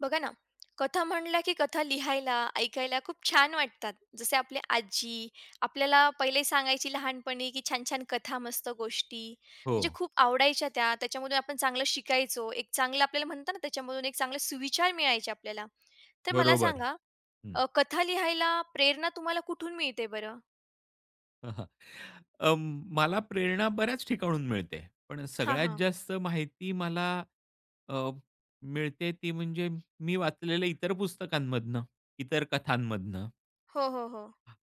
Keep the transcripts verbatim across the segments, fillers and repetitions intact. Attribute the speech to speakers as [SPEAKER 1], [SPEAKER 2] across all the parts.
[SPEAKER 1] बघा ना, कथा म्हणल्या की कथा लिहायला, ऐकायला खूप छान वाटतात. जसे आपली आजी आपल्याला पहिले सांगायची लहानपणी, की छान-छान कथा, मस्त गोष्टी.
[SPEAKER 2] हो,
[SPEAKER 1] म्हणजे खूप आवडायच्या त्या. त्याच्यामधून आपण चांगलं शिकायचो. एक चांगलं आपल्याला म्हणतात ना, त्याच्यामधून एक चांगले सुविचार मिळायचे आपल्याला. तर मला
[SPEAKER 2] बरोबर.
[SPEAKER 1] सांगा,
[SPEAKER 2] हं.
[SPEAKER 1] अ, कथा लिहायला प्रेरणा तुम्हाला कुठून मिळते बरं?
[SPEAKER 2] अं, मला प्रेरणा बऱ्याच ठिकाणून मिळते. पण
[SPEAKER 1] हां,
[SPEAKER 2] सगळ्यात
[SPEAKER 1] हां.
[SPEAKER 2] जास्त माहिती मला अ, मिळते ती म्हणजे मी वाचलेल्या इतर पुस्तकांमधनं, इतर कथांमधनं.
[SPEAKER 1] हो, हो, हो.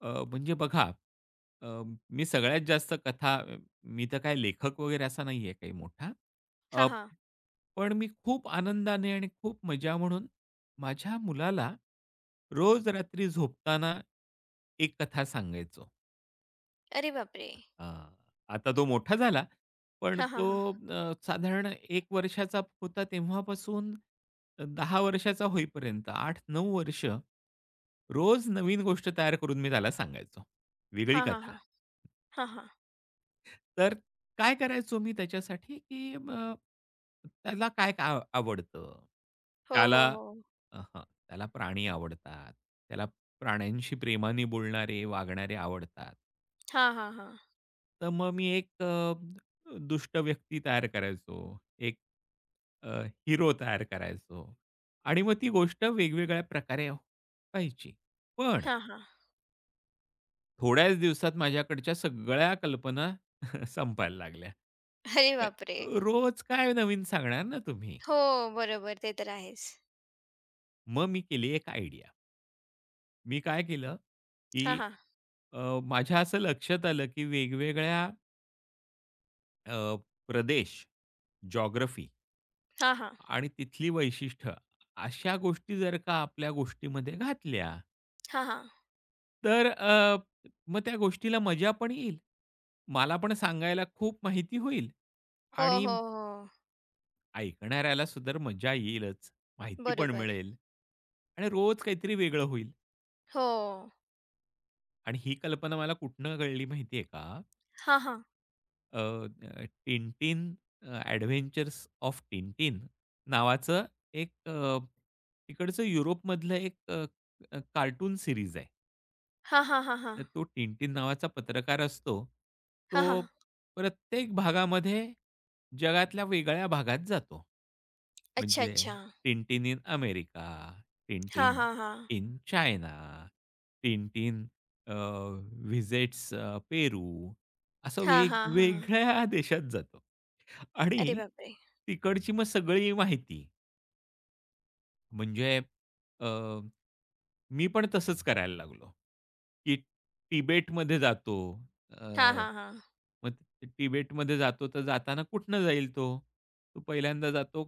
[SPEAKER 2] अ, म्हणजे बघा, अ, मी सगळ्यात जास्त कथा मी तर काय लेखक वगैरे असा नाहीये काही मोठा. अ,
[SPEAKER 1] हां, हां.
[SPEAKER 2] पण मी खूप आनंदाने आणि खूप मजा म्हणून माझ्या मुलाला रोज रात्री झोपताना एक कथा सांगायचो.
[SPEAKER 1] अरे बापरे!
[SPEAKER 2] हां. आता तो मोठा झाला, पण
[SPEAKER 1] हां, हां,
[SPEAKER 2] तो
[SPEAKER 1] हां.
[SPEAKER 2] अ, साधारण एक वर्षाचा होता तेव्हापासून दहा वर्षाचा होईपर्यंत आठ नऊ वर्ष रोज नवीन गोष्ट तयार करून मी त्याला सांगायचो. वेगळी
[SPEAKER 1] हां, हां,
[SPEAKER 2] कथा.
[SPEAKER 1] हां. हां, हां.
[SPEAKER 2] तर काय करायचो मी त्याच्यासाठी, की अ, त्याला काय काय आवडतं?
[SPEAKER 1] हो, हो,
[SPEAKER 2] त्याला
[SPEAKER 1] हो.
[SPEAKER 2] अ, त्याला प्राणी आवडतात. त्याला प्राण्यांशी प्रेमाने बोलणारे, वागणारे आवडतात.
[SPEAKER 1] हां, हां, हां.
[SPEAKER 2] तर मग मी एक अ, दुष्ट व्यक्ती तयार करायचो. एक अ, हिरो तयार करायचो आणि मग ती गोष्ट वेगवेगळ्या प्रकारे व्हायची. पण
[SPEAKER 1] हां, हां.
[SPEAKER 2] थोड्याच दिवसात माझ्याकडच्या सगळ्या कल्पना संपायला लागल्या.
[SPEAKER 1] अरे
[SPEAKER 2] अ,
[SPEAKER 1] बापरे!
[SPEAKER 2] रोज काय नवीन सांगणार ना तुम्ही?
[SPEAKER 1] हो, बरोबर. ते तर आहेच.
[SPEAKER 2] मग मी केली एक आयडिया. मी काय केलं,
[SPEAKER 1] हां,
[SPEAKER 2] की
[SPEAKER 1] हां.
[SPEAKER 2] अ, माझ्या असं लक्षात आलं, की वेगवेगळ्या अ, प्रदेश, जॉग्राफी
[SPEAKER 1] हां, हां.
[SPEAKER 2] आणि तिथली वैशिष्ट्य अशा गोष्टी जर का आपल्या गोष्टीमध्ये घातल्या,
[SPEAKER 1] हां, हां.
[SPEAKER 2] तर अ, मग त्या गोष्टीला मजा पण येईल. मला पण सांगायला खूप माहिती होईल
[SPEAKER 1] हो,
[SPEAKER 2] आणि
[SPEAKER 1] हो, हो.
[SPEAKER 2] ऐकणाऱ्याला सुद्धा मजा येईलच. माहिती पण
[SPEAKER 1] बरोबर.
[SPEAKER 2] मिळेल आणि रोज काहीतरी वेगळं होईल.
[SPEAKER 1] हो.
[SPEAKER 2] आणि ही कल्पना मला कुठनं कळली माहिती आहे का?
[SPEAKER 1] हां, हां.
[SPEAKER 2] अ, अ, टिनटिन अ, ऑफ टिनटिन नावाचं एक अ, तिकडचं युरोपमधलं एक अ, अ, कार्टून सीरीज आहे.
[SPEAKER 1] हां, हां, हां, हां.
[SPEAKER 2] तर तो टिनटिन नावाचा पत्रकार असतो. तो
[SPEAKER 1] हां, हां.
[SPEAKER 2] प्रत्येक भागामध्ये जगातल्या वेगळ्या भागात जातो.
[SPEAKER 1] अच्छा,
[SPEAKER 2] म्हणजे
[SPEAKER 1] अच्छा.
[SPEAKER 2] टिनटिन इन अमेरिका,
[SPEAKER 1] हां,
[SPEAKER 2] टिनटिन
[SPEAKER 1] हां, हां.
[SPEAKER 2] In China, Tintin uh, visits uh, Peru असं
[SPEAKER 1] हां, हां, हां.
[SPEAKER 2] वेगवेगळ्या देशात जातो.
[SPEAKER 1] अरे
[SPEAKER 2] आणि
[SPEAKER 1] बापरे!
[SPEAKER 2] तिकडची मग सगळी माहिती म्हणजे अ मी पण तसंच करायला लागलो, की तिबेटमध्ये जातो. अ,
[SPEAKER 1] हां, हां, हां.
[SPEAKER 2] मग ते तिबेटमध्ये जातो तर जाताना कुठनं जाईल तो? तो पहिल्यांदा जातो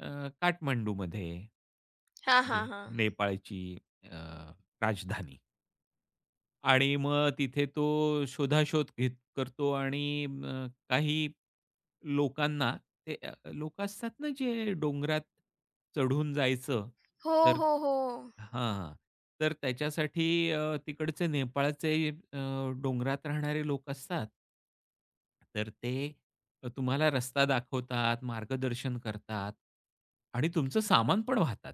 [SPEAKER 2] अ, काठमांडूमध्ये,
[SPEAKER 1] हां, हां,
[SPEAKER 2] म्हणजे
[SPEAKER 1] हां.
[SPEAKER 2] नेपाळची अ, राजधानी. आणि मग तिथे तो शोधाशोध घेत करतो आणि अ, काही लोकांना ते अ, लोकं असतात ना, जे डोंगरात चढून जायचं,
[SPEAKER 1] हो,
[SPEAKER 2] तर
[SPEAKER 1] हो, हो.
[SPEAKER 2] हां. तर त्याच्यासाठी अ, तिकडचे नेपाळचे अ, डोंगरात राहणारे लोक असतात. तर ते तुम्हाला रस्ता दाखवतात, मार्गदर्शन करतात आणि तुमचं सामान पण वाहतात.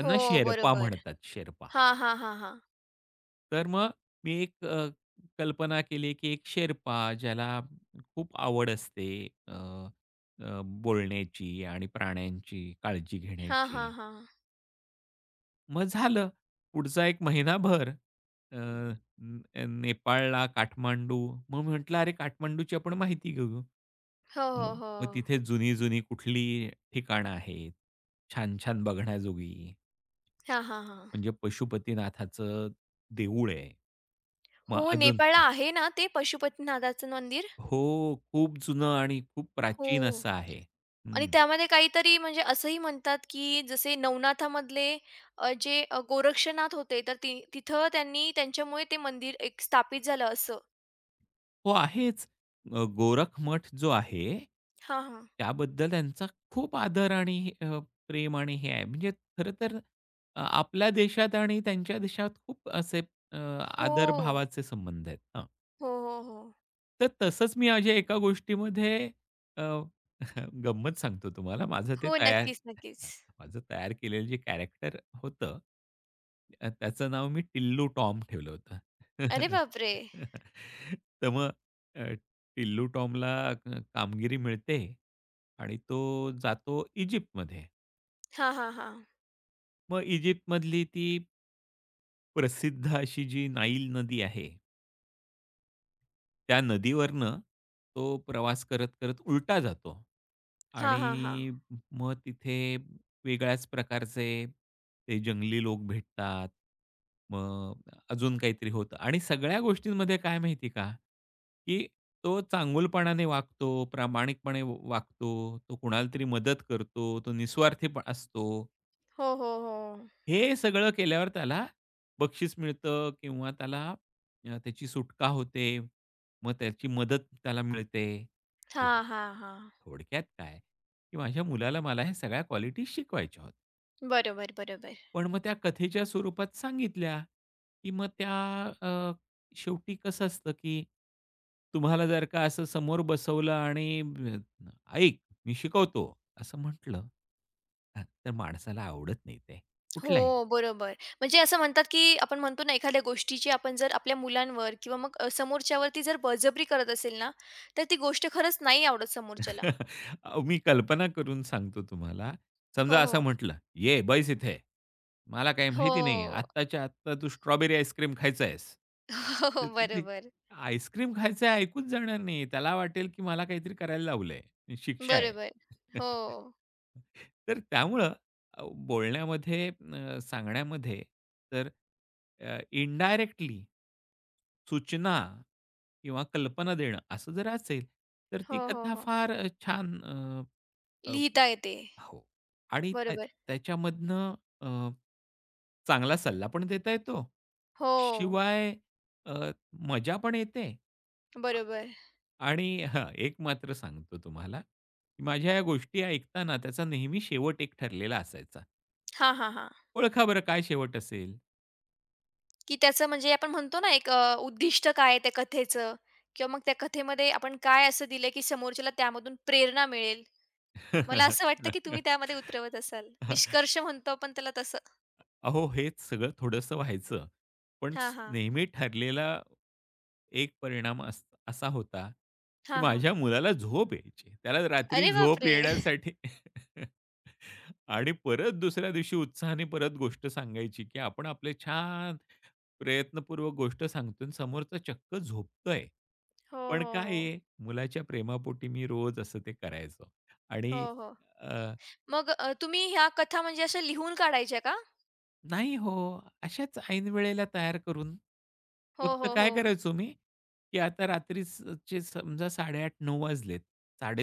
[SPEAKER 1] हो,
[SPEAKER 2] शेर्पा
[SPEAKER 1] बरोबर.
[SPEAKER 2] म्हणतात, शेर्पा.
[SPEAKER 1] हां, हां, हां, हां.
[SPEAKER 2] तर मग मी एक अ, कल्पना केली, की एक शेर्पा ज्याला खूप आवड असते अ, अ, बोलण्याची आणि प्राण्यांची काळजी
[SPEAKER 1] हां,
[SPEAKER 2] घेण्याची.
[SPEAKER 1] हां, हां.
[SPEAKER 2] मग झालं पुढचा एक महिनाभर अ, न अ, नेपाळला, काठमांडू. मग म्हटलं, "अरे काठमांडूची आपण माहिती घेऊ."
[SPEAKER 1] हो, हो,
[SPEAKER 2] मग
[SPEAKER 1] हो.
[SPEAKER 2] मग तिथे जुनी-जुनी कुठली ठिकाणं आहेत, छान-छान बघण्याजोगी.
[SPEAKER 1] हां, हां, हां.
[SPEAKER 2] म्हणजे पशुपतीनाथाचं देऊळ आहे. मग
[SPEAKER 1] हो,
[SPEAKER 2] अजून
[SPEAKER 1] नेपाळला आहे ना ते पशुपतीनाथाचं मंदिर?
[SPEAKER 2] हो, खूप जुनं आणि खूप प्राचीन
[SPEAKER 1] हो.
[SPEAKER 2] असं आहे.
[SPEAKER 1] आणि
[SPEAKER 2] हं.
[SPEAKER 1] त्यामध्ये काहीतरी म्हणजे असंही म्हणतात, की जसे नवनाथामधले अ, जे अ, गोरक्षनाथ होते, तर ती तिथं त्यांनी त्यांच्यामुळे ते मंदिर एक स्थापित झालं असं.
[SPEAKER 2] हो आहेच. अ, गोरख मठ जो आहे,
[SPEAKER 1] हां, हां.
[SPEAKER 2] त्याबद्दल त्यांचा खूप आदर आणि अ, प्रेम आणि हे आहे. म्हणजे खरं तर अ, आपल्या देशात आणि त्यांच्या देशात खूप असे अ,
[SPEAKER 1] हो.
[SPEAKER 2] आदरभावाचे संबंध आहेत. हां.
[SPEAKER 1] हो, हो, हो.
[SPEAKER 2] तर तसंच मी माझ्या एका गोष्टीमध्ये अ, गंमत सांगतो तुम्हाला. माझं ते
[SPEAKER 1] हो,
[SPEAKER 2] तयार
[SPEAKER 1] नक्कीच, नक्कीच.
[SPEAKER 2] माझं तयार केलेलं जे कॅरेक्टर होतं, अ, त्याचं नाव मी टिल्लू टॉम ठेवलं होतं.
[SPEAKER 1] अरे बापरे!
[SPEAKER 2] तर मग अ, टिल्लू टॉमला अ, कामगिरी मिळते आणि तो जातो इजिप्तमध्ये.
[SPEAKER 1] हां, हां, हां.
[SPEAKER 2] मग इजिप्तमधली ती प्रसिद्ध अशी जी नाईल नदी आहे त्या नदीवरनं तो प्रवास करत, करत उलटा जातो
[SPEAKER 1] हां, हां, हां.
[SPEAKER 2] आणि मग तिथे वेगळ्याच प्रकारचे ते जंगली लोक भेटतात. मग अजून काहीतरी होतं आणि सगळ्या गोष्टींमध्ये काय माहिती आहे का, की तो चांगुलपणाने वागतो, प्रामाणिकपणे वागतो, तो कुणाला तरी मदत करतो, तो निस्वार्थी पण असतो.
[SPEAKER 1] हो, हो, हो.
[SPEAKER 2] हे सगळं केल्यावर त्याला बक्षीस मिळतं किंवा त्याला अ, त्याची सुटका होते. मग त्याची मदत त्याला मिळते. हो.
[SPEAKER 1] हां, हां, हां.
[SPEAKER 2] थोडक्यात काय, की माझ्या मुलाला मला ह्या सगळ्या क्वालिटी शिकवायच्या होत्या.
[SPEAKER 1] बरोबर, बरोबर.
[SPEAKER 2] पण मग त्या कथेच्या स्वरूपात सांगितल्या, की मग त्या अ, शेवटी कसं असतं, की तुम्हाला जर का असं समोर बसवलं आणि ब- "ऐक, मी शिकवतो" असं म्हटलं, तर माणसाला आवडत नाही ते कुठलाही.
[SPEAKER 1] हो, बरोबर. म्हणजे असं म्हणतात, की आपण म्हणतो ना, एखाद्या गोष्टीची आपण जर आपल्या मुलांवर किंवा मग अ, समोरच्यावरती जर बळजबरी करत असेल ना, तर ती गोष्ट खरंच नाही आवडत समोरच्याला.
[SPEAKER 2] अहो, मी कल्पना करून सांगतो तुम्हाला.
[SPEAKER 1] हो,
[SPEAKER 2] समजा असं
[SPEAKER 1] हो.
[SPEAKER 2] म्हटलं, "ये बैस इथे. मला काही
[SPEAKER 1] हो.
[SPEAKER 2] माहिती नाही. आत्ताच्या आत्ता तू स्ट्रॉबेरी आईस्क्रीम खायचं आहेस." तर
[SPEAKER 1] हो,
[SPEAKER 2] ते
[SPEAKER 1] बरोबर.
[SPEAKER 2] आईस्क्रीम खायचं आहे ऐकूच जाणार नाही. त्याला वाटेल, की मला काहीतरी करायला लावलंय. शिक्षा आहे.
[SPEAKER 1] बरोबर. हो.
[SPEAKER 2] तर त्यामुळं अ, बोलण्यामध्ये अ, सांगण्यामध्ये तर अ, इनडायरेक्टली सूचना किंवा कल्पना देणं असं जर असेल, तर
[SPEAKER 1] हो,
[SPEAKER 2] ती
[SPEAKER 1] हो,
[SPEAKER 2] कथा
[SPEAKER 1] हो.
[SPEAKER 2] फार अ, छान अ, अ,
[SPEAKER 1] लिहिता येते.
[SPEAKER 2] हो आणि त्या
[SPEAKER 1] बरोबर.
[SPEAKER 2] त्याच्यामधनं अ, चांगला सल्ला पण देता येतो.
[SPEAKER 1] हो,
[SPEAKER 2] शिवाय अ, मजा पण येते आ-
[SPEAKER 1] बरोबर.
[SPEAKER 2] आणि हां, एक मात्र सांगतो तुम्हाला, की माझ्या या गोष्टी ऐकताना त्याचा नेहमी शेवट एक ठरलेला असायचा.
[SPEAKER 1] हां, हां, हां.
[SPEAKER 2] ओळखा बरं काय शेवट असेल.
[SPEAKER 1] की त्याचं म्हणजे आपण म्हणतो ना, एक अ, उद्दिष्ट काय आहे त्या कथेचं किंवा मग त्या कथेमध्ये आपण काय असं दिलं, की समोरच्याला त्यामधून प्रेरणा मिळेल? मला असं वाटतं, की तुम्ही त्यामध्ये उतरवत असाल. निष्कर्ष म्हणतो आपण त्याला तसं.
[SPEAKER 2] अहो, हेच सगळं थोडंसं व्हायचं. पण
[SPEAKER 1] हां,
[SPEAKER 2] स
[SPEAKER 1] हां.
[SPEAKER 2] नेहमी ठरलेला एक परिणाम अस असा होता, की
[SPEAKER 1] हां, हां.
[SPEAKER 2] माझ्या मुलाला झोप यायची. त्याला रात्री
[SPEAKER 1] अरे
[SPEAKER 2] झोप
[SPEAKER 1] बापरे!
[SPEAKER 2] येण्यासाठी आणि परत दुसऱ्या दिवशी उत्साहाने परत गोष्ट सांगायची, की आपण आपले छान प्रयत्नपूर्वक गोष्ट सांगतो आणि समोरचा चक्क झोपतोय.
[SPEAKER 1] हो,
[SPEAKER 2] पण
[SPEAKER 1] हो,
[SPEAKER 2] काय
[SPEAKER 1] हो.
[SPEAKER 2] आहे, मुलाच्या प्रेमापोटी मी रोज असं ते करायचो
[SPEAKER 1] हो,
[SPEAKER 2] आणि
[SPEAKER 1] हो. मग अ, तुम्ही ह्या कथा म्हणजे अशा लिहून काढायच्या का?
[SPEAKER 2] नाही हो. अशाच ऐनवेळेला तयार करून,
[SPEAKER 1] हो,
[SPEAKER 2] फक्त
[SPEAKER 1] हो,
[SPEAKER 2] काय
[SPEAKER 1] हो.
[SPEAKER 2] करायचो मी, की आता रात्रीचे समजा साडे आठ-नऊ वाजलेत.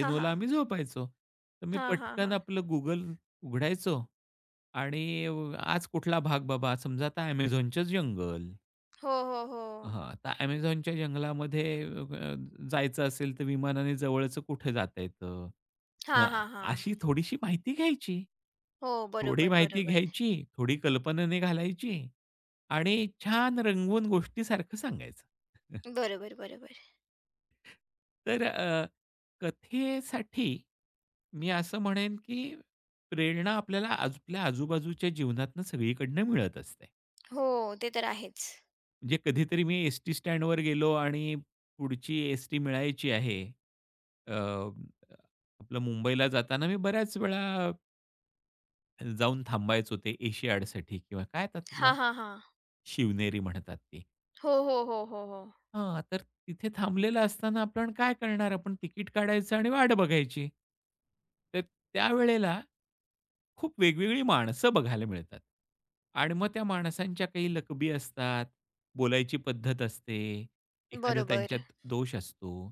[SPEAKER 1] हां,
[SPEAKER 2] ला
[SPEAKER 1] हां.
[SPEAKER 2] आम्ही झोपायचो. तर मी
[SPEAKER 1] हां, हां,
[SPEAKER 2] पटकन
[SPEAKER 1] हां.
[SPEAKER 2] आपलं Google उघडायचो आणि अ, आज कुठला भाग बाबा, समजा आता Amazonचं जंगल.
[SPEAKER 1] हो, हो, हो.
[SPEAKER 2] हां, तर Amazonच्या जंगलामध्ये अ, जायचं असेल तर विमानाने जवळचं कुठे जाता येतं.
[SPEAKER 1] हां,
[SPEAKER 2] मग
[SPEAKER 1] हां, हां.
[SPEAKER 2] अशी थोडीशी माहिती घ्यायची.
[SPEAKER 1] हो,
[SPEAKER 2] थोडी
[SPEAKER 1] बरोबर,
[SPEAKER 2] माहिती
[SPEAKER 1] बरोबर.
[SPEAKER 2] घ्यायची, थोडी कल्पनेने घालायची आणि छान रंगवून गोष्टीसारखं सांगायचं.
[SPEAKER 1] बरोबर, बरोबर.
[SPEAKER 2] तर अ, कथेसाठी मी असं म्हणेन, की प्रेरणा आपल्याला आज- आपल्या आजूबाजूच्या जीवनातनं सगळीकडनं मिळत असते.
[SPEAKER 1] हो, ते तर आहेच.
[SPEAKER 2] म्हणजे कधीतरी मी एसटी स्टँडवर गेलो आणि पुढची एसटी मिळायची आहे. अ, आपलं मुंबईला जाताना मी बऱ्याच वेळा जाऊन थांबायचो ते एशियाडसाठी किंवा काय त्याला
[SPEAKER 1] हां, हां, हां.
[SPEAKER 2] शिवनेरी म्हणतात ती.
[SPEAKER 1] हो, हो, हो, हो, हो.
[SPEAKER 2] हां, तर तिथे थांबलेलं असताना आपण काय करणार? आपण तिकीट काढायचं आणि वाट बघायची. तर त्यावेळेला खूप वेगवेगळी माणसं बघायला मिळतात आणि मग त्या माणसांच्या काही लकबी असतात, बोलायची पद्धत असते, एखादा
[SPEAKER 1] बरोबर.
[SPEAKER 2] त्यांच्यात दोष असतो.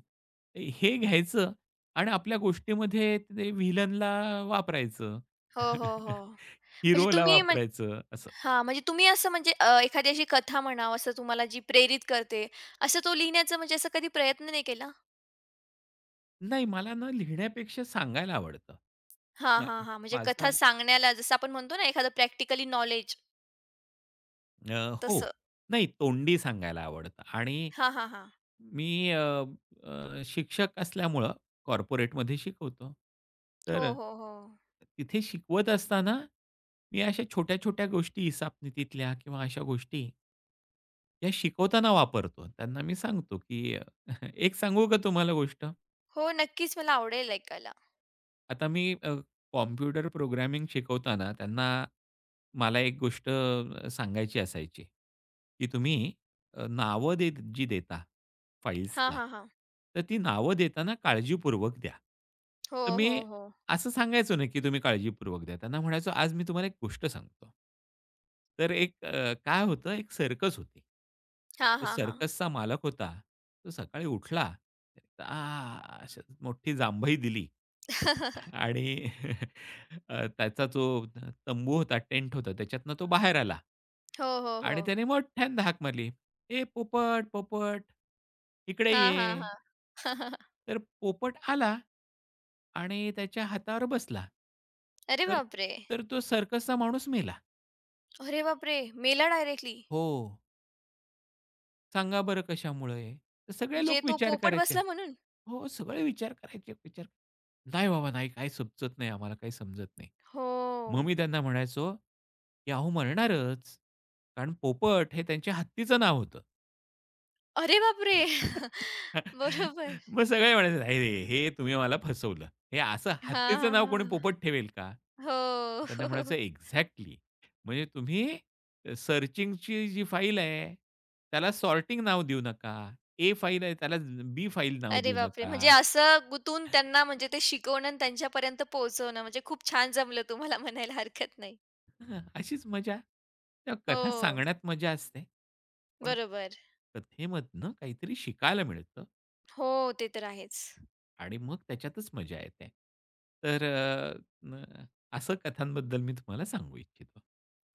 [SPEAKER 2] हे घ्यायचं आणि आपल्या गोष्टीमध्ये ते व्हिलनला वापरायचं.
[SPEAKER 1] हो, हो, हो. म्हणजे
[SPEAKER 2] हिरोला
[SPEAKER 1] तुम्ही म्हण
[SPEAKER 2] वापरायचं असं.
[SPEAKER 1] हां, म्हणजे तुम्ही असं म्हणजे अ, एखादी अशी कथा म्हणावं, असं तुम्हाला जी प्रेरित करते, असं तो लिहिण्याचा म्हणजे असा कधी प्रयत्न नाही केला?
[SPEAKER 2] नाही मला ना लिहिण्यापेक्षा सांगायला आवडतं.
[SPEAKER 1] हां,
[SPEAKER 2] मा-
[SPEAKER 1] हां, हां. म्हणजे
[SPEAKER 2] माझा
[SPEAKER 1] कथा सांगण्याला जसं आपण म्हणतो ना, एखादं प्रॅक्टिकली नॉलेज
[SPEAKER 2] अ, हो.
[SPEAKER 1] तसं.
[SPEAKER 2] नाही तोंडी सांगायला आवडतं आणि
[SPEAKER 1] हां, हां, हां.
[SPEAKER 2] मी अ, अ, शिक्षक असल्यामुळं कॉर्पोरेटमध्ये शिकवतो.
[SPEAKER 1] हो,
[SPEAKER 2] तर
[SPEAKER 1] हो, हो.
[SPEAKER 2] तिथे शिकवत असताना मी अशा छोट्या-छोट्या गोष्टी हिसाबनीतीतल्या किंवा अशा गोष्टी या शिकवताना वापरतो. त्यांना मी सांगतो, की अ, "एक सांगू का तुम्हाला गोष्ट?"
[SPEAKER 1] हो, नक्कीच मला आवडेल ऐकायला.
[SPEAKER 2] आता मी अ, कॉम्प्युटर प्रोग्रामिंग शिकवताना त्यांना मला एक गोष्ट अ, सांगायची असायची, की तुम्ही अ, नावं दे जी देता
[SPEAKER 1] हां,
[SPEAKER 2] फाइल्सला,
[SPEAKER 1] हां, हां.
[SPEAKER 2] तर ती नावं देताना काळजीपूर्वक द्या.
[SPEAKER 1] हो,
[SPEAKER 2] तर
[SPEAKER 1] हो,
[SPEAKER 2] मी
[SPEAKER 1] हो.
[SPEAKER 2] असं सांगायचो नाही, की तुम्ही काळजीपूर्वक द्या. त्यांना म्हणायचो, "आज मी तुम्हाला एक गोष्ट सांगतो." तर एक अ, काय होतं, एक सर्कस होती.
[SPEAKER 1] हां,
[SPEAKER 2] तो
[SPEAKER 1] हां, हां.
[SPEAKER 2] सर्कसचा मालक होता. तो सकाळी उठला, आ, अशी मोठी जांभई दिली. आणि अ, त्याचा जो तंबू होता, टेंट होता, त्याच्यातनं तो बाहेर आला
[SPEAKER 1] हो, हो, हो.
[SPEAKER 2] आणि त्याने मोठ्यांदा हाक मारली, "ए पोपट, पोपट, इकडे
[SPEAKER 1] हां, हां,
[SPEAKER 2] ये."
[SPEAKER 1] हां.
[SPEAKER 2] तर पोपट आला आणि त्याच्या हातावर बसला.
[SPEAKER 1] अरे
[SPEAKER 2] तर
[SPEAKER 1] बापरे!
[SPEAKER 2] तर तो सर्कसचा माणूस मेला.
[SPEAKER 1] अरे बापरे! मेला डायरेक्टली.
[SPEAKER 2] हो. सांगा बरं कशामुळे? तर सगळे
[SPEAKER 1] म्हणजे
[SPEAKER 2] लोक
[SPEAKER 1] तो
[SPEAKER 2] विचार
[SPEAKER 1] पोपट
[SPEAKER 2] करायचे.
[SPEAKER 1] बसला म्हणून?
[SPEAKER 2] हो, हो, सगळे विचार करायचे, विचार नाही बाबा नाही, काही सुचत नाही आम्हाला, काही समजत नाही. मग
[SPEAKER 1] हो.
[SPEAKER 2] मी त्यांना म्हणायचो, की "अहो मरणारच, कारण पोपट हे त्यांच्या हत्तीचं नाव होतं."
[SPEAKER 1] अरे बापरे! बरोबर.
[SPEAKER 2] मग सगळे म्हणायचे, "नाही रे, हे तुम्ही मला फसवलं. हे असं हत्तीचं
[SPEAKER 1] हां, हां,
[SPEAKER 2] नाव कोणी
[SPEAKER 1] हां.
[SPEAKER 2] पोपट ठेवेल का?"
[SPEAKER 1] हो.
[SPEAKER 2] त्यांना म्हणायचं, "एक्झॅक्टली. म्हणजे तुम्ही सर्चिंगची जी फाईल आहे, त्याला सॉर्टिंग नाव देऊ नका. ए फाईल आहे त्याला बी फाईल नाव
[SPEAKER 1] अरे
[SPEAKER 2] देऊ
[SPEAKER 1] बापरे!
[SPEAKER 2] नका."
[SPEAKER 1] म्हणजे असं गुतून त्यांना म्हणजे ते शिकवणं आणि त्यांच्यापर्यंत पोहोचवणं म्हणजे खूप छान जमलं तुम्हाला म्हणायला हरकत नाही.
[SPEAKER 2] हां, अशीच मजा त्या कथा
[SPEAKER 1] हो,
[SPEAKER 2] सांगण्यात मजा असते. पण
[SPEAKER 1] बरोबर.
[SPEAKER 2] कथेमधनं काहीतरी शिकायला मिळतं
[SPEAKER 1] हो, ते तर आहेच.
[SPEAKER 2] आणि मग त्याच्यातच मजा येते. तर अ, न असं कथांबद्दल मी तुम्हाला सांगू इच्छितो.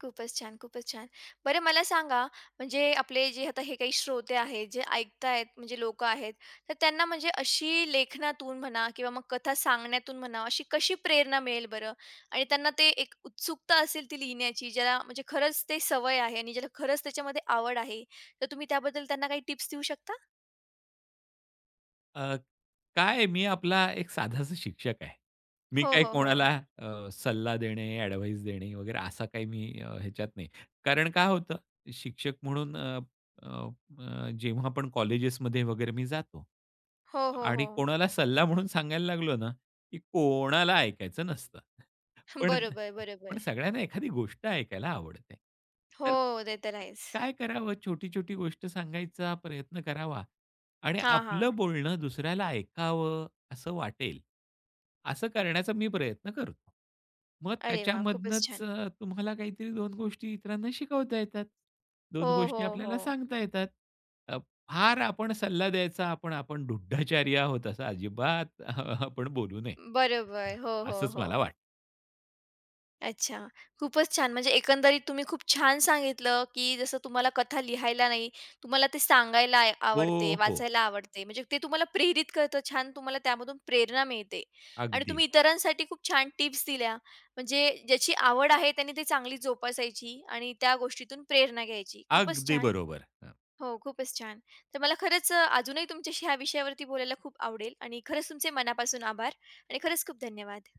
[SPEAKER 1] खूपच छान, खूपच छान. बरं मला सांगा, म्हणजे आपले जे आता हे काही श्रोते आहेत, जे ऐकतायत म्हणजे लोकं आहेत, तर त्यांना म्हणजे अशी लेखनातून म्हणा किंवा मग कथा सांगण्यातून म्हणा, अशी कशी प्रेरणा मिळेल बरं? आणि त्यांना ते एक उत्सुकता असेल ती लिहिण्याची, ज्याला म्हणजे खरंच ते सवय आहे आणि ज्याला खरंच त्याच्यामध्ये आवड आहे, तर तुम्ही त्याबद्दल त्यांना काही टिप्स देऊ शकता?
[SPEAKER 2] अ, काय मी आपला एक साधासा शिक्षक आहे. मी
[SPEAKER 1] हो,
[SPEAKER 2] काही
[SPEAKER 1] हो, हो.
[SPEAKER 2] कोणाला अ, सल्ला देणे, एडव्हाइस देणे वगैरे असा काही मी अ, ह्याच्यात नाही. कारण काय होतं शिक्षक म्हणून अ, अ, अ, जेव्हा आपण कॉलेजेसमध्ये वगैरे मी जातो
[SPEAKER 1] हो, हो,
[SPEAKER 2] आणि
[SPEAKER 1] हो.
[SPEAKER 2] कोणाला सल्ला म्हणून सांगायला लागलो ना, की कोणाला ऐकायचं नसतं. पण
[SPEAKER 1] बरोबर, बरोबर.
[SPEAKER 2] पण सगळ्यांना एखादी गोष्ट ऐकायला आवडते.
[SPEAKER 1] हो,
[SPEAKER 2] तर
[SPEAKER 1] ते तर आहेच.
[SPEAKER 2] काय करावं? छोटी-छोटी गोष्ट सांगायचा प्रयत्न करावा. आणि
[SPEAKER 1] हां, हां.
[SPEAKER 2] आपलं बोलणं दुसऱ्याला ऐकावं असं वाटेल, असं करण्याचा मी प्रयत्न करतो. मग
[SPEAKER 1] अरे वाह! खूपच
[SPEAKER 2] त्याच्यामधनंच
[SPEAKER 1] छान.
[SPEAKER 2] अ, तुम्हाला काहीतरी दोन गोष्टी इतरांना शिकवता येतात. दोन
[SPEAKER 1] हो,
[SPEAKER 2] गोष्टी
[SPEAKER 1] हो, हो.
[SPEAKER 2] आपल्याला सांगता येतात. अ, फार आपण सल्ला द्यायचा, आपण आपण ढुढाचार्य आहोत असं अजिबात आपण बोलू नये.
[SPEAKER 1] बरोबर. हो, हो,
[SPEAKER 2] असंच
[SPEAKER 1] हो.
[SPEAKER 2] मला वाटतं.
[SPEAKER 1] अच्छा. खूपच छान. म्हणजे एकंदरीत तुम्ही खूप छान सांगितलं, की जसं तुम्हाला कथा लिहायला नाही, तुम्हाला ते सांगायला आय
[SPEAKER 2] हो,
[SPEAKER 1] आवडते,
[SPEAKER 2] हो.
[SPEAKER 1] वाचायला आवडते. म्हणजे ते तुम्हाला प्रेरित करतं. छान तुम्हाला त्यामधून प्रेरणा मिळते आणि
[SPEAKER 2] अगदी,
[SPEAKER 1] तुम्ही इतरांसाठी खूप छान टिप्स दिल्या. म्हणजे ज्याची आवड आहे त्याने ती चांगली जोपासायची आणि त्या गोष्टीतून प्रेरणा घ्यायची. खूपच
[SPEAKER 2] अगदी
[SPEAKER 1] छान.
[SPEAKER 2] बरोबर. हां.
[SPEAKER 1] हो, खूपच छान. तर मला खरंच अ, अजूनही तुमच्याशी ह्या विषयावरती बोलायला खूप आवडेल आणि खरंच तुमचे मनापासून आभार आणि खरंच खूप धन्यवाद.